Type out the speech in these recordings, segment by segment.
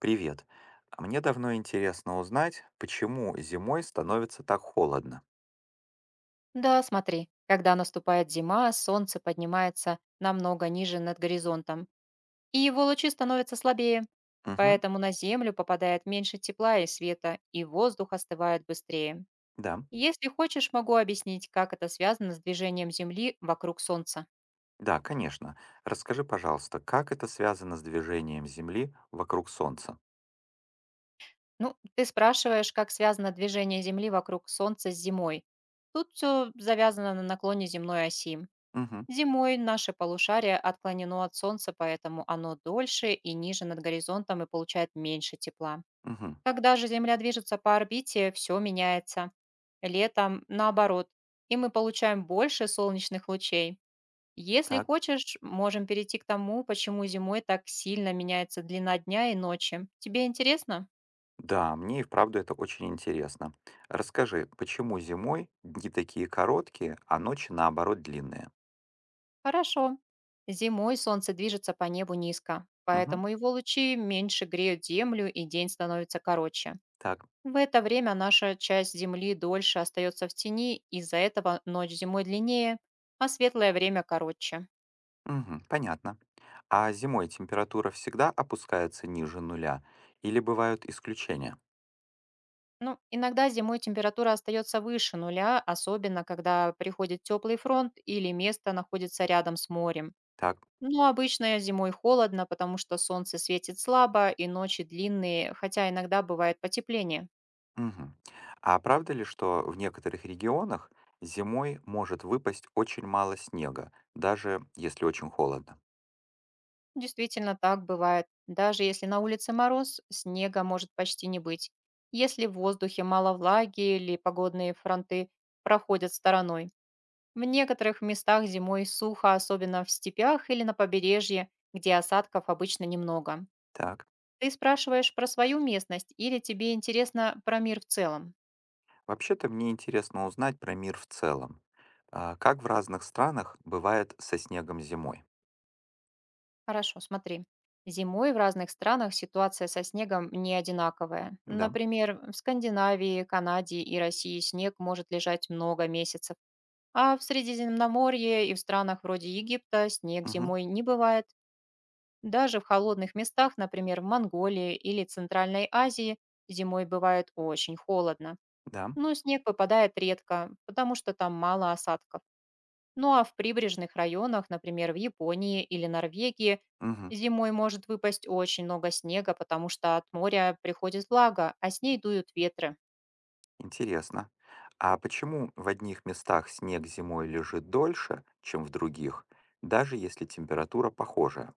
Привет. А мне давно интересно узнать, почему зимой становится так холодно. Да, смотри, когда наступает зима, солнце поднимается намного ниже над горизонтом, и его лучи становятся слабее. Угу, Поэтому на Землю попадает меньше тепла и света, и воздух остывает быстрее. да. Если хочешь, могу объяснить, как это связано с движением Земли вокруг Солнца. Да, конечно. Расскажи, пожалуйста, как это связано с движением Земли вокруг Солнца? Ну, ты спрашиваешь, как связано движение Земли вокруг Солнца с зимой. Тут все завязано на наклоне земной оси. Угу, Зимой наше полушарие отклонено от Солнца, поэтому оно дольше и ниже над горизонтом и получает меньше тепла. угу. Когда же Земля движется по орбите, все меняется. Летом наоборот, и мы получаем больше солнечных лучей. Если Так. хочешь, можем перейти к тому, почему зимой так сильно меняется длина дня и ночи. Тебе интересно? Да, мне и вправду это очень интересно. Расскажи, почему зимой дни такие короткие, а ночи наоборот длинные? Хорошо. Зимой Солнце движется по небу низко, Угу, поэтому его лучи меньше греют Землю и день становится короче. так. В это время наша часть Земли дольше остается в тени, из-за этого ночь зимой длиннее, а светлое время короче. Угу, понятно. А зимой температура всегда опускается ниже нуля или бывают исключения? Ну, иногда зимой температура остается выше нуля, особенно когда приходит теплый фронт или место находится рядом с морем. Так. Но обычно зимой холодно, потому что солнце светит слабо и ночи длинные, хотя иногда бывает потепление. Мгм. А правда ли, что в некоторых регионах зимой может выпасть очень мало снега, даже если очень холодно? Действительно, так бывает. Даже если на улице мороз, снега может почти не быть, если в воздухе мало влаги или погодные фронты проходят стороной. В некоторых местах зимой сухо, особенно в степях или на побережье, где осадков обычно немного. Так, Ты спрашиваешь про свою местность или тебе интересно про мир в целом? вообще-то мне интересно узнать про мир в целом. А, как в разных странах бывает со снегом зимой? Хорошо, смотри. Зимой в разных странах ситуация со снегом не одинаковая. Да, Например, в Скандинавии, Канаде и России снег может лежать много месяцев, а в Средиземноморье и в странах вроде Египта снег мгм, зимой не бывает. Даже в холодных местах, например, в Монголии или Центральной Азии, зимой бывает очень холодно. да, Но снег выпадает редко, потому что там мало осадков. Ну а в прибрежных районах, например, в Японии или Норвегии, мгм, зимой может выпасть очень много снега, потому что от моря приходит влага, а с ней дуют ветры. интересно. А почему в одних местах снег зимой лежит дольше, чем в других, даже если температура похожая?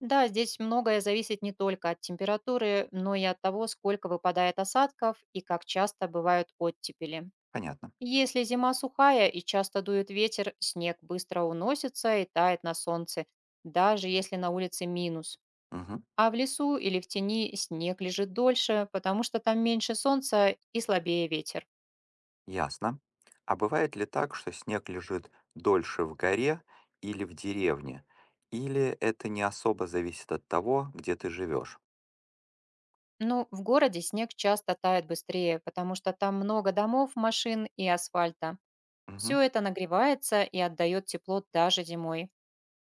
Да, здесь многое зависит не только от температуры, но и от того, сколько выпадает осадков и как часто бывают оттепели. Понятно. Если зима сухая и часто дует ветер, снег быстро уносится и тает на солнце, даже если на улице минус. Мгм. А в лесу или в тени снег лежит дольше, потому что там меньше солнца и слабее ветер. Ясно. А бывает ли так, что снег лежит дольше в горе или в деревне? Или это не особо зависит от того, где ты живешь? Ну, в городе снег часто тает быстрее, потому что там много домов, машин и асфальта. Все Мгм. это нагревается и отдает тепло даже зимой.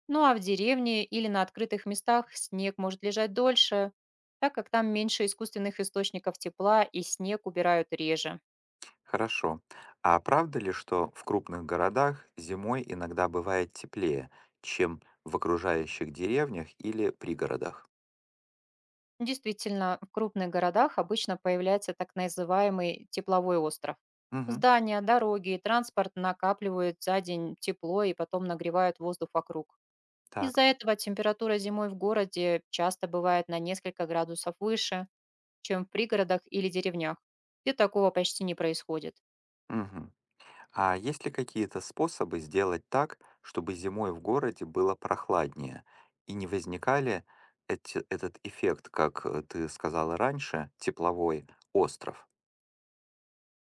Ну а в деревне или на открытых местах снег может лежать дольше, так как там меньше искусственных источников тепла и снег убирают реже. Хорошо. А правда ли, что в крупных городах зимой иногда бывает теплее, чем в окружающих деревнях или пригородах? Действительно, в крупных городах обычно появляется так называемый тепловой остров. Мгм. Здания, дороги и транспорт накапливают за день тепло и потом нагревают воздух вокруг. Из-за Так. этого температура зимой в городе часто бывает на несколько градусов выше, чем в пригородах или деревнях, где такого почти не происходит. Мгм. А есть ли какие-то способы сделать так, чтобы зимой в городе было прохладнее и не возникали этот эффект, как ты сказала раньше, тепловой остров?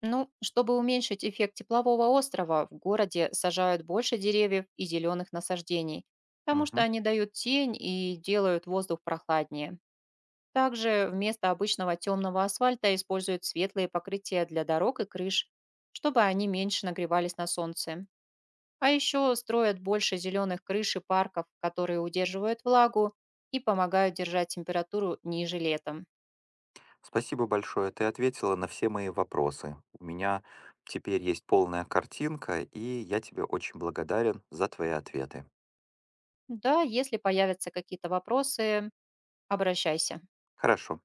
Ну, чтобы уменьшить эффект теплового острова, в городе сажают больше деревьев и зеленых насаждений, потому что Мгм. они дают тень и делают воздух прохладнее. Также вместо обычного темного асфальта используют светлые покрытия для дорог и крыш, чтобы они меньше нагревались на солнце. А еще строят больше зеленых крыш и парков, которые удерживают влагу и помогают держать температуру ниже летом. Спасибо большое, ты ответила на все мои вопросы. У меня теперь есть полная картинка, и я тебе очень благодарен за твои ответы. Да, если появятся какие-то вопросы, обращайся. Хорошо.